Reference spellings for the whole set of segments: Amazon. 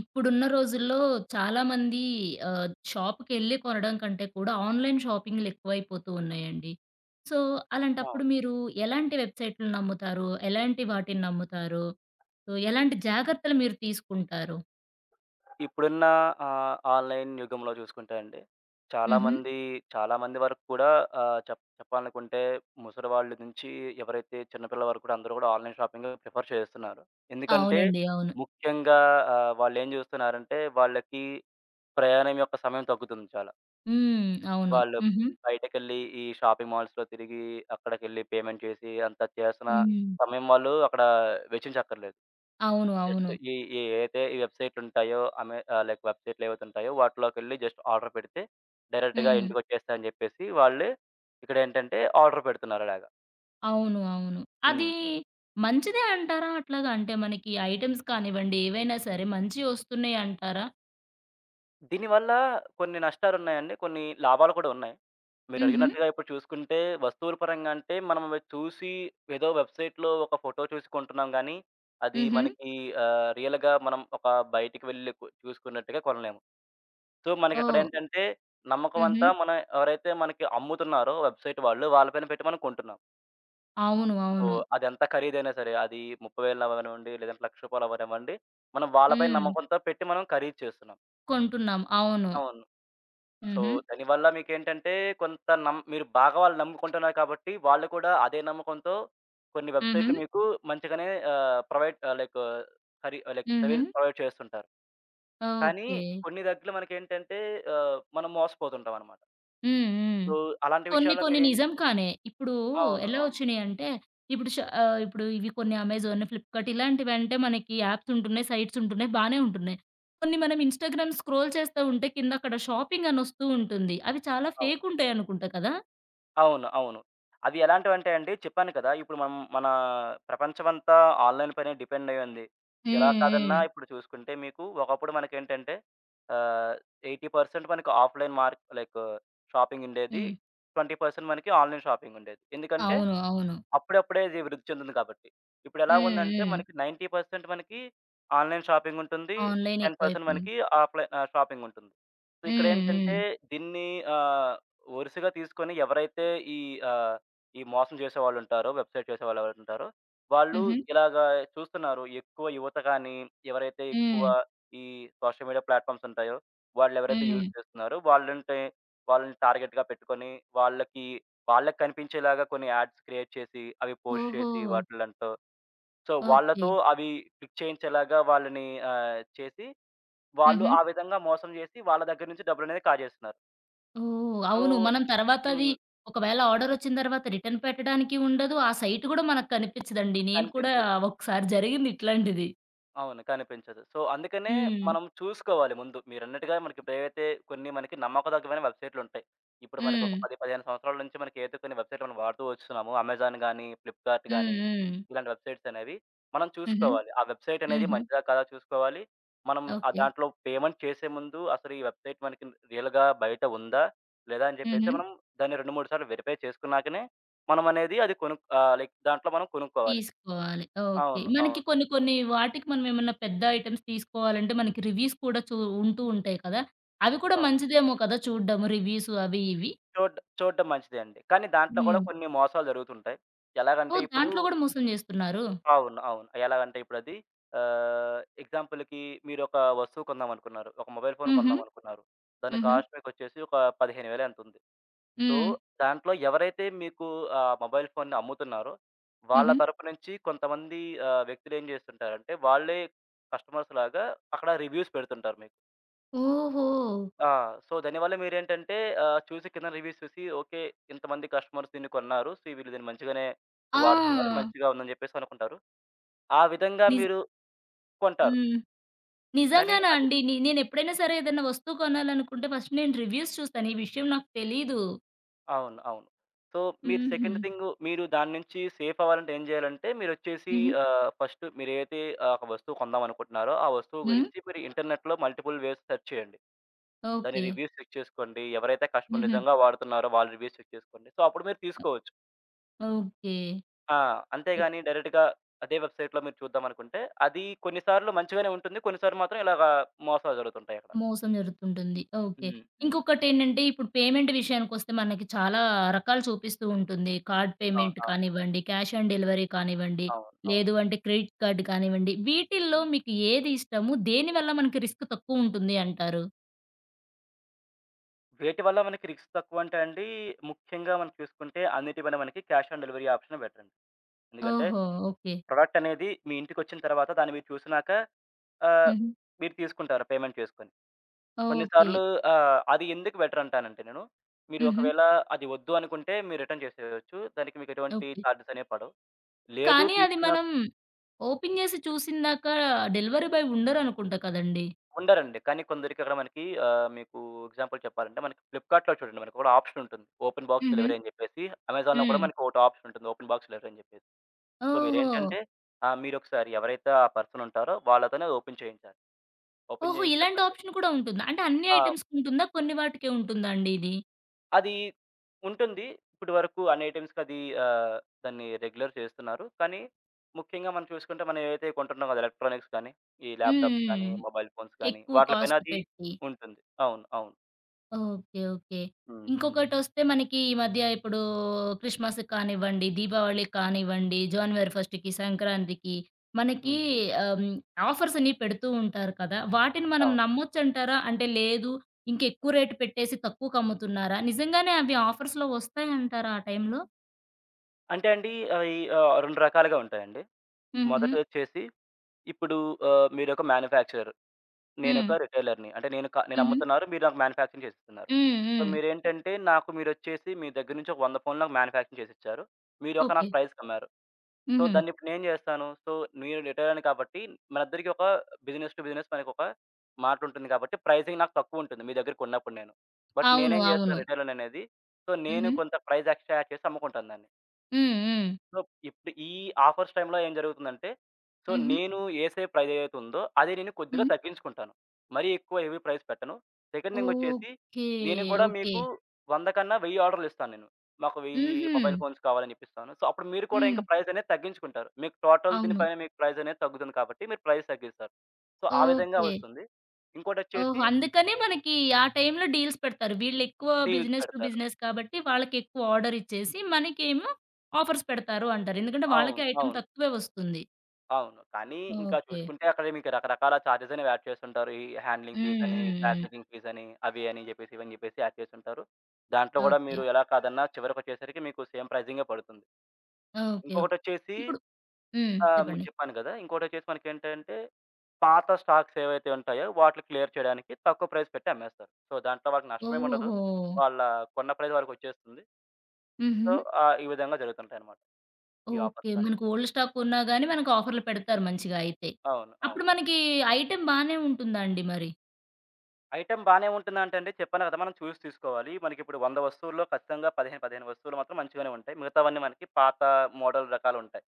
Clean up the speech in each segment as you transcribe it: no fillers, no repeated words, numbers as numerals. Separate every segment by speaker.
Speaker 1: ఇప్పుడున్న రోజుల్లో చాలామంది షాప్‌కెళ్ళి కొనడం కంటే కూడా ఆన్‌లైన్ షాపింగ్‌లు ఎక్కువైపోతూ ఉన్నాయండి. సో,
Speaker 2: ఆ!
Speaker 1: అలాంటప్పుడు మీరు ఎలాంటి వెబ్‌సైట్‌లు నమ్ముతారు? ఎలాంటి వాటిని నమ్ముతారు? సో, ఎలాంటి జాగ్రత్తలు మీరు తీసుకుంటారు?
Speaker 2: ఇప్పుడున్న ఆన్‌లైన్ యుగంలో చూసుకుంటే అండి,
Speaker 1: హుహు.
Speaker 2: చాలామంది చాలామంది వరకు కూడా ఆహ్, చెప్ చెప్పాలనుకుంటే ముసలివాళ్ళ నుంచి ఎవరైతే చిన్న పిల్లల వరకు కూడా అందరూ కూడా ఆన్‌లైన్ షాపింగ్ ప్రిఫర్ చేస్తున్నారు. ఎందుకంటే
Speaker 1: అవునండి. అవును.
Speaker 2: ముఖ్యంగా వాళ్ళేం చూస్తున్నారంటే వాళ్ళకి ప్రయాణం యొక్క సమయం తగ్గుతుంది చాలా.
Speaker 1: హ్మ్. అవును.
Speaker 2: వాళ్ళు
Speaker 1: హుహు.
Speaker 2: బయటకెళ్ళి ఈ షాపింగ్ మాల్స్‌లో తిరిగి అక్కడికెళ్ళి పేమెంట్ చేసి అంతా చేసిన
Speaker 1: హ్మ్.
Speaker 2: సమయం వాళ్ళు అక్కడ వెచ్చించక్కర్లేదు.
Speaker 1: అవును.
Speaker 2: జస్ట్
Speaker 1: అవును.
Speaker 2: ఈ ఈ ఏదైతే ఈ వెబ్‌సైట్‌లుంటాయో అమె ఆహ్, లైక్ వెబ్‌సైట్‌లు ఏవైతున్నటాయో వాటిలోకెళ్ళి జస్ట్ ఆర్డర్ పెడితే డైరెక్ట్‌గా
Speaker 1: హ్మ్.
Speaker 2: ఇంటికొచ్చేస్తాయని జెప్పేసి వాళ్ళే ఇక్కడేంటంటే ఆర్డర్ పెడుతున్నారలాగా.
Speaker 1: అవును. అవును. అది
Speaker 2: హ్మ్.
Speaker 1: మంచిదే అంటారా? అట్లాగా అంటే మనకి ఐటెమ్స్ కానివ్వండి ఏవైనా సరే మంచియి వస్తున్నాయి అంటారా?
Speaker 2: దీనివల్ల కొన్ని నష్టాలున్నాయండి. కొన్ని లాభాలు కూడా ఉన్నాయి.
Speaker 1: హుహు.
Speaker 2: మీరడిగినట్టుగా ఇప్పుడు చూసుకుంటే వస్తువుల పరంగా అంటే మనం అవి చూసి ఏదో వెబ్‌సైట్‌లో ఒక ఫోటో చూసి కొంటున్నాం గానీ, అది
Speaker 1: హుహు.
Speaker 2: మనకి రియల్‌గా మనం ఒక బయటికి వెళ్లి చూసుకున్నట్టుగా కొనలేము. సో,
Speaker 1: ఓహ్!
Speaker 2: మనకిక్కడేంటంటే,
Speaker 1: హుహు.
Speaker 2: నమ్మకమంతా మనం ఎవరైతే మనకి అమ్ముతున్నారో వెబ్‌సైట్ వాళ్ళు, వాళ్ళ పైన పెట్టి మనం కొంటున్నాం.
Speaker 1: అవును.
Speaker 2: సో,
Speaker 1: అవును.
Speaker 2: అదెంత ఖరీదైనా సరే, అది 30,000 అవ్వనివ్వండి, లేదంటే రూ. 1,00,000 అవ్వనివ్వండి, మనం వాళ్ళపై
Speaker 1: హ్మ్.
Speaker 2: నమ్మకంతో పెట్టి మనం ఖరీదు చేస్తున్నాం.
Speaker 1: కొంటున్నాం. అవును.
Speaker 2: అవును. సో,
Speaker 1: హుహు.
Speaker 2: దానివల్ల మీకేంటంటే, కొంత మీరు బాగా వాళ్ళు నమ్ముకుంటున్నారు కాబట్టి, వాళ్ళు కూడా అదే నమ్మకంతో కొన్ని
Speaker 1: హుహు.
Speaker 2: వెబ్‌సైట్‌లు మీకు మంచిగానే ప్రొవైడ్ ఆహ్, లైక్ సరి లైక్
Speaker 1: హుహు.
Speaker 2: సర్వీస్ ప్రొవైడ్ చేస్తుంటారు. కానీ
Speaker 1: ఓకే.
Speaker 2: కొన్ని దగ్గరలో మనకేంటంటే, మనం మోసపోతుంటామనమాట.
Speaker 1: హ్మ్. హ్మ్.
Speaker 2: సో, అలాంటి
Speaker 1: కొన్ని
Speaker 2: విషయాల్లో
Speaker 1: కొన్ని
Speaker 2: మీరేం
Speaker 1: నిజం కానే. ఇప్పుడు
Speaker 2: అవును.
Speaker 1: ఎలా
Speaker 2: అవును.
Speaker 1: వచ్చినియంటే ఇప్పుడు ష ఇప్పుడు ఇవి కొన్ని అమెజాన్, ఫ్లిప్‌కార్ట్ ఇలాంటివంటే మనకి యాప్స్ ఉంటున్నాయి, సైట్స్ ఉంటున్నాయి, బానే ఉంటున్నాయి. కొన్ని మనం ఇన్‌స్టాగ్రామ్ స్క్రోల్ చేస్తా ఉంటే కింద అక్కడ షాపింగ్ అనొస్తూ ఉంటుంది. అవి చాలా
Speaker 2: అవును.
Speaker 1: ఫేక్ ఉంటాయనుకుంటా కదా!
Speaker 2: అవును. అవును. అవి ఎలాంటివంటే అండి చెప్పాను కదా! ఇప్పుడు మనం మన ప్రపంచమంతా ఆన్‌లైన్ పైనే డిపెండ్ అయ్యి ఉంది. ఎలా
Speaker 1: హ్మ్.
Speaker 2: కాదన్నా
Speaker 1: హ్మ్.
Speaker 2: ఇప్పుడు చూసుకుంటే మీకు ఒకప్పుడు మనకేంటంటే ఆహ్, 80% మనకి ఆఫ్‌లైన్ మార్క్ లైక్ షాపింగ్ ఉండేది.
Speaker 1: హ్మ్.
Speaker 2: 20% మనకి ఆన్‌లైన్ షాపింగ్ ఉండేది. ఎందుకంటే
Speaker 1: అవును. అవును.
Speaker 2: అప్పుడప్పుడే ఇది వృద్ధి చెందింది కాబట్టి. ఇప్పుడెలా
Speaker 1: హ్మ్.
Speaker 2: ఉందంటే
Speaker 1: హ్మ్.
Speaker 2: మనకి 90% మనకి ఆన్‌లైన్ షాపింగుంటుంది.
Speaker 1: ఆన్‌లైన్
Speaker 2: 10%
Speaker 1: ఎక్కువైపోయింది.
Speaker 2: మనకి ఆఫ్‌లైన్ షాపింగుంటుంది. సో,
Speaker 1: హ్మ్.
Speaker 2: ఇక్కడేంటంటే
Speaker 1: హ్మ్.
Speaker 2: దీన్ని ఆహ్, వరుసగా తీసుకొని ఎవరైతే ఈ ఆహ్, ఈ మోసం చేసేవాళ్ళుంటారో, వెబ్‌సైట్ చేసేవాళ్ళు ఎవరైతుంటారో, వాళ్ళు
Speaker 1: హుహు.
Speaker 2: ఎవరైతే ఉంటారో వాళ్ళు ఇలాగా చూస్తున్నారు. ఎక్కువ యువత కానీ, ఎవరైతే ఎక్కువ
Speaker 1: హ్మ్.
Speaker 2: ఈ సోషల్ మీడియా ప్లాట్‌ఫామ్స్ ఉంటాయో, వాళ్ళెవరైతే
Speaker 1: హ్మ్.
Speaker 2: యూజ్ చేస్తున్నారో వాళ్ళంటే వాళ్ళని టార్గెట్‌గా పెట్టుకొని వాళ్ళకి వాళ్ళకి కనిపించేలాగా కొన్ని యాడ్స్ క్రియేట్ చేసి, అవి పోస్ట్
Speaker 1: ఓహో!
Speaker 2: చేసి వాటిలంటూ సో,
Speaker 1: ఓకే.
Speaker 2: వాళ్ళతో అవి క్లిక్ చేయించేలాగా వాళ్ళని చేసి, వాళ్ళు
Speaker 1: హుహు.
Speaker 2: ఆ విధంగా మోసం చేసి వాళ్ళ దగ్గర నుంచి డబ్బులనేవి కాజేస్తున్నారు.
Speaker 1: ఓహ్!
Speaker 2: సో
Speaker 1: అవును. మనం తర్వాత అది
Speaker 2: హ్మ్.
Speaker 1: ఒకవేళ ఆర్డరొచ్చిన తర్వాత రిటర్న్ పెట్టడానికి ఉండదు. ఆ సైట్ గూడా మనకు కనిపించదండి. నేను కూడా
Speaker 2: కనిపించదు.
Speaker 1: ఒకసారి జరిగింది ఇట్లాంటిది.
Speaker 2: అవును. కనిపించదు. సో, అందుకనే
Speaker 1: హ్మ్.
Speaker 2: మనం చూసుకోవాలి ముందు. మీరన్నట్టుగా మనకిప్పుడు ఏవైతే కొన్ని మనకి నమ్మకదగ్గమైన వెబ్‌సైట్‌లుంటాయి. ఇప్పుడు మనకొక
Speaker 1: హ్మ్.
Speaker 2: 10, 15 సంవత్సరాల నుంచి మనకేదైతే కొన్ని వెబ్‌సైట్‌లు మనం వాడుతూ వస్తున్నామో అమెజాన్ గానీ, ఫ్లిప్‌కార్ట్
Speaker 1: హ్మ్.
Speaker 2: గానీ,
Speaker 1: హ్మ్.
Speaker 2: ఇలాంటి వెబ్‌సైట్స్ అనేవి మనం
Speaker 1: హుహు.
Speaker 2: చూసుకోవాలి. ఆ వెబ్‌సైట్ అనేది
Speaker 1: హుహు.
Speaker 2: మంచిదా కాదా చూసుకోవాలి. మనం ఆ
Speaker 1: ఓకే.
Speaker 2: దాంట్లో పేమెంట్ చేసే ముందు అసలు ఈ వెబ్‌సైట్ మనకి రియల్‌గా బయట ఉందా? లేదా? అని చెప్పేసి
Speaker 1: హుహు.
Speaker 2: మనం దాన్ని 2, 3 సార్లు వెరిఫై చేసుకున్నాకనే మనమనేది అది కొను ఆహ్, లైక్ దాంట్లో మనం కొనుక్కోవాలి.
Speaker 1: తీసుకోవాలి. ఓకే.
Speaker 2: అవును.
Speaker 1: మనకి
Speaker 2: అవును.
Speaker 1: కొన్ని కొన్ని వాటికి మనం ఏమన్నా పెద్ద ఐటెమ్స్ తీసుకోవాలంటే మనకి రివ్యూస్ కూడా చూ ఉంటూ ఉంటాయి కదా! అవి కూడా
Speaker 2: అవును.
Speaker 1: మంచిదేమో కదా! చూడ్డము రివ్యూస్ అవి ఇవి.
Speaker 2: చూడడం మంచిదే అండి. కానీ దాంట్లో కూడా
Speaker 1: హ్మ్.
Speaker 2: కొన్ని మోసాలు జరుగుతుంటాయి. ఎలాగంటే
Speaker 1: ఓహ్!
Speaker 2: ఇప్పుడు
Speaker 1: దాంట్లో గూడా మోసం జేస్తున్నారు.
Speaker 2: అవును. అవును. ఎలాగంటే ఇప్పుడది ఎగ్జాంపుల్‌కి మీరొక వస్తువు కొందామనుకున్నారు. ఒక మొబైల్ ఫోన్
Speaker 1: హుహు.
Speaker 2: కొందామనుకున్నారు. దాని
Speaker 1: హుహు.
Speaker 2: కాస్ట్ మీకొచ్చేసి ఒక 15,000 ఎంతో ఉంది. సో,
Speaker 1: హ్మ్.
Speaker 2: దాంట్లో ఎవరైతే మీకు ఆ మొబైల్ ఫోన్‌ని అమ్ముతున్నారో వాళ్ళ
Speaker 1: హుహు.
Speaker 2: తరపు నుంచి కొంతమంది వ్యక్తులేం చేస్తుంటారంటే వాళ్ళే కస్టమర్స్ లాగా అక్కడ రివ్యూస్ పెడుతుంటారు మీకు.
Speaker 1: ఓహో!
Speaker 2: ఆ! సో, దానివల్ల మీరేంటంటే చూసి కిందన రివ్యూస్ చూసి ఓకే. ఇంతమంది కస్టమర్స్ దీన్ని కొన్నారు. సో, వీళ్ళు దీన్ని మంచిగానే వాడుతున్నారు.
Speaker 1: ఆ!
Speaker 2: మంచిగా ఉందని జెప్పేసి అనుకుంటారు. ఆ విధంగా
Speaker 1: నిజ్
Speaker 2: మీరు కొంటారు.
Speaker 1: హ్మ్.
Speaker 2: కానీ
Speaker 1: నిజంగానా
Speaker 2: అది
Speaker 1: అండి. నే నేనెప్పుడైనా సరే ఏదైనా వస్తువు కొనాలనుకుంటే ఫస్ట్ నేను రివ్యూస్ చూస్తాను. ఈ విషయం నాకు తెలీదు.
Speaker 2: అవును. అవును. సో, మీరు
Speaker 1: హుహు.
Speaker 2: సెకండ్ థింగు మీరు దాని నుంచి సేఫ్ అవ్వాలంటే ఏం జేయాలంటే మీరొచ్చేసి
Speaker 1: హుహు.
Speaker 2: ఫస్ట్ మీరేదైతే ఒక వస్తువు కొందాం అనుకుంటున్నారో ఆ వస్తువు
Speaker 1: హ్మ్.
Speaker 2: గురించి మీరు ఇంటర్నెట్‌లో మల్టిపుల్ వేస్ సెర్చ్ చేయండి. దాని
Speaker 1: ఓకే.
Speaker 2: రివ్యూస్ చెక్ చేసుకోండి. ఎవరైతే కస్టమర్
Speaker 1: హుహు.
Speaker 2: నిజంగా వాడుతున్నారో వాళ్ళ రివ్యూస్ చెక్ చేసుకోండి. సో, అప్పుడు మీరు తీసుకోవచ్చు.
Speaker 1: ఓకే.
Speaker 2: ఆ! అంతేగాని డైరెక్ట్‌గా అదే వెబ్‌సైట్‌లో మీరు చూద్దామనుకుంటే, అది కొన్నిసార్లు మంచిగానే ఉంటుంది. కొన్నిసార్లు మాత్రం ఇలాగా మోసాలు జరుగుతుంటాయి అక్కడ.
Speaker 1: మోసం జరుగుతుంటుంది. ఓకే.
Speaker 2: హ్మ్. హ్మ్.
Speaker 1: ఇంకొకటేంటంటే ఇప్పుడు పేమెంట్ విషయానికొస్తే మనకి చాలా రకాలు చూపిస్తూ ఉంటుంది. కార్డ్
Speaker 2: అవును.
Speaker 1: పేమెంట్
Speaker 2: అవును.
Speaker 1: కానివ్వండి, క్యాష్ ఆన్ డెలివరీ కానివ్వండి,
Speaker 2: అవును.
Speaker 1: లేదు
Speaker 2: అవును.
Speaker 1: అంటే క్రెడిట్ కార్డ్ కానివ్వండి. వీటిల్లో
Speaker 2: హ్మ్.
Speaker 1: మీకు ఏది ఇష్టము? దేనివల్ల మనకి రిస్క్ తక్కువుంటుంది అంటారు?
Speaker 2: వేటి వల్ల మనకి రిస్క్ తక్కువ అంటే అండి, ముఖ్యంగా మనం చూసుకుంటే అన్నిటి పైన మనకి cash on delivery option better అండి. ఎందుకంటే
Speaker 1: ఓహో! ఓకే.
Speaker 2: ప్రొడక్ట్ అనేది మీ ఇంటికొచ్చిన తర్వాత దాన్ని మీరు చూసినాక ఆహ్,
Speaker 1: హుహు.
Speaker 2: మీరు తీసుకుంటారు పేమెంట్ చేసుకొని.
Speaker 1: ఓకే.
Speaker 2: కొన్నిసార్లు అది ఎందుకు బెటర్ అంటానంటే నేను, మీరు
Speaker 1: హుహు.
Speaker 2: ఒకవేళ అది వద్దు అనుకుంటే మీరు రిటర్న్ చేసేయొచ్చు. దానికి మీకు ఎటువంటి
Speaker 1: ఓకే.
Speaker 2: చార్జెస్ అనేవి పడవు. లేదు.
Speaker 1: కానీ అది
Speaker 2: తీసుకున్న
Speaker 1: మనం ఓపెన్ చేసి చూసిందాక డెలివరీ బాయ్ ఉండరనుకుంటా కదండీ!
Speaker 2: ఉండరండి. కానీ కొందరికి అక్కడ మనకి మీకు ఎగ్జాంపుల్ చెప్పాలంటే మనకి ఫ్లిప్‌కార్ట్‌లో చూడండి మనకి కూడా ఆప్షన్ ఉంటుంది. ఓపెన్ బాక్స్
Speaker 1: హుహు.
Speaker 2: డెలివరీ అని చెప్పేసి. అమెజాన్‌లో కూడా
Speaker 1: హ్మ్.
Speaker 2: మనకి ఒకటి ఆప్షన్ ఉంటుంది. ఓపెన్ బాక్స్ డెలివరీ అని చెప్పేసి. సో,
Speaker 1: ఓహో!
Speaker 2: మీరేంటంటే మీరొకసారి ఎవరైతే ఆ పర్సన్ ఉంటారో వాళ్ళతోనే అది ఓపెన్ చేయించాలి. ఓపెన్
Speaker 1: ఓహో!
Speaker 2: చేయించి
Speaker 1: ఇలాంటి
Speaker 2: చెప్పండి.
Speaker 1: ఆప్షన్ కూడా ఉంటుందా? అంటే అన్ని
Speaker 2: ఆ!
Speaker 1: ఐటెమ్స్‌కి ఉంటుందా? కొన్ని వాటికే ఉంటుందా అండి ఇది?
Speaker 2: అది ఉంటుంది. ఇప్పటి వరకు అన్ని ఐటెమ్స్‌కి అది ఆహ్, దాన్ని రెగ్యులర్ చేస్తున్నారు. కానీ ముఖ్యంగా మనం చూసుకుంటే మనం ఏవైతే కొంటున్నాం కదా! ఎలక్ట్రానిక్స్ కానీ, ఈ
Speaker 1: హ్మ్.
Speaker 2: ల్యాప్‌టాప్స్ కానీ,
Speaker 1: హ్మ్.
Speaker 2: మొబైల్ ఫోన్స్ కానీ
Speaker 1: ఎక్కువ
Speaker 2: వాటిల పైన
Speaker 1: కాస్ట్
Speaker 2: అది
Speaker 1: పెట్టి.
Speaker 2: ఉంటుంది. అవును. అవును.
Speaker 1: ఓకే. ఓకే.
Speaker 2: హ్మ్. హ్మ్.
Speaker 1: ఇంకొకటొస్తే మనకి ఈ మధ్య ఇప్పుడు క్రిస్మస్‌కి కానివ్వండి, దీపావళికి కానివ్వండి, జనవరి 1కి, సంక్రాంతికి మనకి
Speaker 2: హుహు.
Speaker 1: ఆహ్, హ్మ్, ఆఫర్స్ అన్ని పెడుతూ ఉంటారు కదా! వాటిని మనం
Speaker 2: అవును.
Speaker 1: నమ్మొచ్చంటారా? అంటే లేదు ఇంకెక్కువ రేట్ పెట్టేసి తక్కువకమ్ముతున్నారా? నిజంగానే అవి ఆఫర్స్‌లో వస్తాయంటారా ఆ టైంలో?
Speaker 2: అంటే అండి అవి 2 రకాలుగా ఉంటాయండి.
Speaker 1: హుహు.
Speaker 2: మొదటొచ్చేసి ఇప్పుడు మీరొక మ్యానుఫ్యాక్చరర్,
Speaker 1: హ్మ్.
Speaker 2: నేనొక రిటైలర్‌ని. అంటే నేను నేను
Speaker 1: హుహు.
Speaker 2: అమ్ముతున్నారు, మీరు నాకు మ్యానుఫ్యాక్చరింగ్ చేసిస్తున్నారు.
Speaker 1: హ్మ్.
Speaker 2: సో,
Speaker 1: హ్మ్.
Speaker 2: మీరేంటంటే నాకు మీరొచ్చేసి మీ దగ్గర నుంచి ఒక 100 ఫోన్లు నాకు మ్యానుఫ్యాక్చరింగ్ చేసిచ్చారు. మీరొక
Speaker 1: ఓకే.
Speaker 2: నాకు ప్రైస్‌కమ్మారు. సో,
Speaker 1: హుహు.
Speaker 2: దాన్నిప్పుడు నేను జేస్తాను, సో, నేను రిటైలర్‌ని కాబట్టి మనిద్దరికీ ఒక బిజినెస్ టు బిజినెస్ మనకొక మాటుంటుంది కాబట్టి ప్రైసింగ్ నాకు తక్కువుంటుంది మీ దగ్గర కొన్నప్పుడు నేను. బట్
Speaker 1: అవును.
Speaker 2: నేనేం
Speaker 1: అవును.
Speaker 2: జేస్తాను రిటైలర్‌ననేది, సో, నేను
Speaker 1: హుహు.
Speaker 2: కొంత ప్రైస్ ఎక్స్ట్రా యాడ్ చేసి అమ్ముకుంటాను దాన్ని.
Speaker 1: హ్మ్. హ్మ్.
Speaker 2: సో, ఇప్పుడు ఈ ఆఫర్స్ టైమ్‌లో ఏం జరుగుతుందంటే, సో,
Speaker 1: హుహు.
Speaker 2: నేను ఏసే ప్రైజ్ ఏదైతే ఉందో, అది నేను కొద్దిగా
Speaker 1: హుహు.
Speaker 2: తగ్గించుకుంటాను. మరీ ఎక్కువ హెవీ ప్రైస్ పెట్టను. సెకండ్ థింగ్ వచ్చేసి,
Speaker 1: ఓకే.
Speaker 2: నేను కూడా
Speaker 1: ఓకే.
Speaker 2: మీకు 100 కన్నా 1000 ఆర్డర్‌లు ఇస్తాను నేను. మాకు 1000
Speaker 1: హుహు.
Speaker 2: మొబైల్ ఫోన్స్ కావాలని చెప్పిస్తాను. సో, అప్పుడు మీరు కూడా
Speaker 1: హ్మ్.
Speaker 2: ఇంకా ప్రైస్ అనేది తగ్గించుకుంటారు. మీకు టోటల్
Speaker 1: అవును.
Speaker 2: దీనిపైన మీకు ప్రైస్ అనేది తగ్గుతుంది కాబట్టి, మీరు ప్రైస్ తగ్గిస్తారు. సో, ఆ విధంగా
Speaker 1: ఓకే.
Speaker 2: వస్తుంది.
Speaker 1: ఓహో!
Speaker 2: ఇంకోటొచ్చేసి
Speaker 1: అందుకనే మనకి ఆ టైంలో డీల్స్ పెడతారు. వీళ్ళెక్కువ
Speaker 2: డీల్స్
Speaker 1: బిజినెస్ టు
Speaker 2: పెడతారు.
Speaker 1: బిజినెస్ కాబట్టి వాళ్ళకెక్కువ ఆర్డర్ ఇచ్చేసి, మనకేమో ఆఫర్స్ పెడతారు అంటారు. ఎందుకంటే వాళ్ళకే
Speaker 2: అవును.
Speaker 1: ఐటెమ్
Speaker 2: అవును.
Speaker 1: తక్కువే వస్తుంది.
Speaker 2: అవును. కానీ ఇంకా
Speaker 1: ఓకే.
Speaker 2: చూసుకుంటే అక్కడ మీకు రకరకాల చార్జెస్ అనేవి యాడ్ చేస్తుంటారు. ఈ హ్యాండ్లింగ్
Speaker 1: హ్మ్.
Speaker 2: ఫీజని,
Speaker 1: హ్మ్. హ్మ్.
Speaker 2: ప్యాకేజింగ్ ఫీజని, అవి అని జెప్పేసి, ఇవని జెప్పేసి యాడ్ చేస్తుంటారు. దాంట్లో గూడా
Speaker 1: ఓకే.
Speaker 2: మీరు ఎలా కాదన్నా చివరికొచ్చేసరికి మీకు సేమ్ ప్రైజింగే పడుతుంది.
Speaker 1: ఓకే. ఓకే.
Speaker 2: ఇంకొకటొచ్చేసి
Speaker 1: ఇప్పుడు హ్మ్. చెప్పండి.
Speaker 2: మీకు చెప్పాను గదా! ఇంకోటొచ్చేసి మనకేంటంటే పాత స్టాక్స్ ఏవైతే ఉంటాయో వాటిని క్లియర్ చేయడానికి తక్కువ ప్రైస్ పెట్టి అమ్మేస్తారు. సో, దాంట్లో వాళ్ళకి నష్టమేముండదు.
Speaker 1: ఓహోహో!
Speaker 2: వాళ్ళ కొన్న ప్రైస్ వాళ్ళకొచ్చేస్తుంది.
Speaker 1: హుహు.
Speaker 2: సో, ఈ విధంగా జరుగుతుంటాయన్నమాట. ఈ
Speaker 1: ఓకే.
Speaker 2: ఆఫర్స్ గాని
Speaker 1: మనకు
Speaker 2: ఇట్లా.
Speaker 1: ఓల్డ్ స్టాక్ ఉన్నా గాని మనకు ఆఫర్‌లు పెడతారు మంచిగా అయితే.
Speaker 2: అవును.
Speaker 1: అప్పుడు
Speaker 2: అవును.
Speaker 1: మనకి ఐటెమ్ బానే ఉంటుందా అండి మరి?
Speaker 2: ఐటెమ్ బానే ఉంటుందంటండి చెప్పాను కదా! మనం చూసి తీసుకోవాలి. మనకిప్పుడు 100 వస్తువుల్లో ఖచ్చితంగా 15 వస్తువులు మాత్రం మంచిగానే ఉంటాయి. మిగతావన్నీ మనకి పాత మోడల్ రకాలుంటాయి.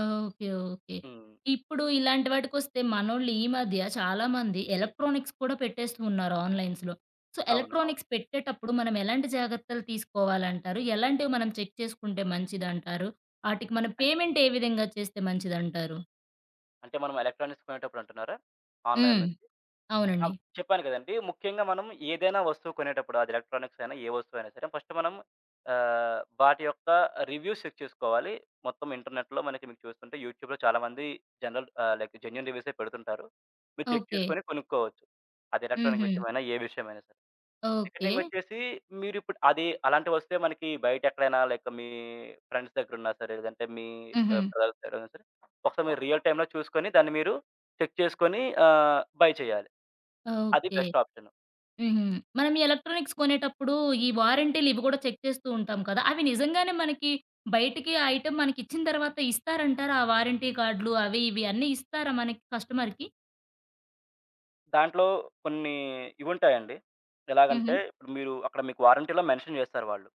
Speaker 1: ఓకే. ఓకే.
Speaker 2: హ్మ్.
Speaker 1: ఇప్పుడు ఇలాంటి వాటికొస్తే మనోళ్ళు ఈ మధ్య చాలామంది ఎలక్ట్రానిక్స్ కూడా పెట్టేస్తూ ఉన్నారు ఆన్‌లైన్స్‌లో. సో,
Speaker 2: అవును. అవును.
Speaker 1: ఎలక్ట్రానిక్స్ పెట్టేటప్పుడు మనం ఎలాంటి జాగ్రత్తలు తీసుకోవాలంటారు? ఎలాంటివి మనం చెక్ చేసుకుంటే మంచిదంటారు? ఆటికి మనం
Speaker 2: అన్
Speaker 1: పేమెంట్ ఏ విధంగా చేస్తే మంచిదంటారు?
Speaker 2: అంటే మనం ఎలక్ట్రానిక్స్ కొనేటప్పుడు అంటున్నారా? ఆన్‌లైన్
Speaker 1: హ్మ్.
Speaker 2: నుంచి. ఆ!
Speaker 1: అవునండి.
Speaker 2: చెప్పాను కదండీ! ముఖ్యంగా మనం ఏదైనా వస్తువు కొనేటప్పుడు అది ఎలక్ట్రానిక్స్ అయినా, ఏ వస్తువైనా సరే ఫస్ట్ మనం వాటి యొక్క రివ్యూస్ చెక్ చేసుకోవాలి. మొత్తం ఇంటర్నెట్‌లో మనకి మీకు చూస్తుంటే యూట్యూబ్‌లో చాలామంది జనరల్ ఆహ్, లైక్ జెన్యూన్ రివ్యూసే పెడుతుంటారు. మీరు చెక్
Speaker 1: ఓకే.
Speaker 2: చేసుకొని కొనుక్కోవచ్చు. అది ఎలక్ట్రానిక్
Speaker 1: హుహు.
Speaker 2: విషయమైనా, ఏ విషయమైనా సరే. Second
Speaker 1: okay.
Speaker 2: థింగ్ వచ్చేసి మీరిప్పుడు అది అలాంటివొస్తే మనకి బయటెక్కడైనా లైక్ మీ ఫ్రెండ్స్ దగ్గరున్నా సరే, లేదంటే మీ
Speaker 1: హుహు.
Speaker 2: బ్రదర్స్ దగ్గరున్నా సరే, ఒకసారి మీరు రియల్ టైమ్‌లో చూసుకొని దాన్ని మీరు చెక్ చేసుకొని బై చేయాలి. అది
Speaker 1: ఓకే.
Speaker 2: Best option.
Speaker 1: హుహు. మనం ఈ ఎలక్ట్రానిక్స్ కొనేటప్పుడు ఈ వారంటీలు ఇవి గూడా చెక్ చేస్తూ ఉంటాం కదా! అవి నిజంగానే మనకి బయటికి ఆ ఐటెమ్ మనకిచ్చిన తర్వాత ఇస్తారంటారా? ఆ వారంటీ కార్డ్‌లు అవి ఇవి అన్నీ ఇస్తారా మనకి కస్టమర్‌కి?
Speaker 2: దాంట్లో కొన్ని ఇవుంటాయండి.
Speaker 1: హుహు.
Speaker 2: ఎలాగంటే ఇప్పుడు మీరు అక్కడ మీకు వారంటీలో మెన్షన్ చేస్తారు వాళ్ళు.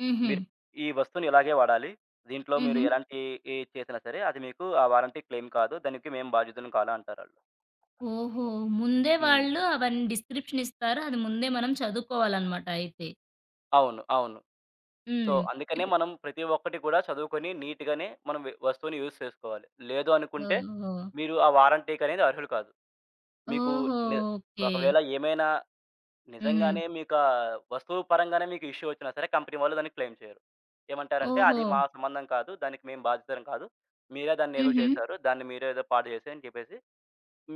Speaker 1: హుహు.
Speaker 2: మీరు ఈ వస్తువుని ఇలాగే వాడాలి. దీంట్లో మీరు
Speaker 1: హుహు.
Speaker 2: ఎలాంటి ఏది చేసినా సరే అది మీకు ఆ వారంటీ క్లెయిమ్ కాదు. దానికి మేము బాధ్యుతులం కాదు అంటారాళ్ళు.
Speaker 1: ఓహో! ముందే
Speaker 2: హ్మ్.
Speaker 1: వాళ్ళు అవన్నీ డిస్క్రిప్షన్ ఇస్తారు. అది ముందే మనం చదువుకోవాలనమాట అయితే.
Speaker 2: అవును. అవును. సో,
Speaker 1: హ్మ్.
Speaker 2: అందుకనే
Speaker 1: ఇప్పుడు
Speaker 2: మనం ప్రతి ఒక్కటి కూడా చదువుకొని నీట్‌గానే మనం వస్తువుని యూజ్ చేసుకోవాలి. లేదు అనుకుంటే
Speaker 1: ఓహో!
Speaker 2: మీరు ఆ వారంటీకనేది అర్హులు కాదు. మీకు
Speaker 1: ఓహో!
Speaker 2: ని
Speaker 1: ఓకే.
Speaker 2: ఒకవేళ ఏమైనా
Speaker 1: హుహు.
Speaker 2: నిజంగానే మీకా వస్తువు పరంగానే మీకు ఇష్యూ వచ్చినా సరే కంపెనీ వాళ్ళు దాన్ని క్లెయిమ్ చేయరు. ఏమంటారంటే,
Speaker 1: ఓహో!
Speaker 2: "అది మా సంబంధం కాదు. దానికి మేము బాధితులం కాదు. మీరే దాన్నేదో
Speaker 1: హుహు.
Speaker 2: చేశారు. దాన్ని మీరే ఏదో పాడు చేశారు" అని చెప్పేసి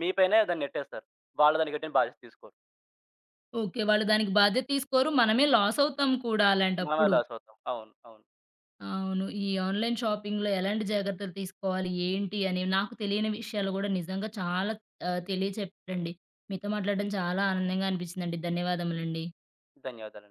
Speaker 2: మీ పైనే దాన్ని నెట్టేస్తారు. వాళ్ళు దానికి ఎటువంటి బాధ్యత తీసుకోరు.
Speaker 1: ఓకే. వాళ్ళు దానికి బాధ్యత తీసుకోరు. మనమే లాస్ అవుతాం కూడా
Speaker 2: మనమే
Speaker 1: అలాంటప్పుడు.
Speaker 2: లాస్ అవుతాం. అవును. అవును.
Speaker 1: అవును. ఈ ఆన్‌లైన్ షాపింగ్‌లో ఎలాంటి జాగ్రత్తలు తీసుకోవాలి? ఏంటి? అనేవి నాకు తెలియని విషయాలు గూడా నిజంగా చాలా తెలియచెప్పారండి. మీతో మాట్లాడడం చాలా ఆనందంగా అనిపించిందండి. ధన్యవాదములండి.
Speaker 2: ధన్యవాదాలు.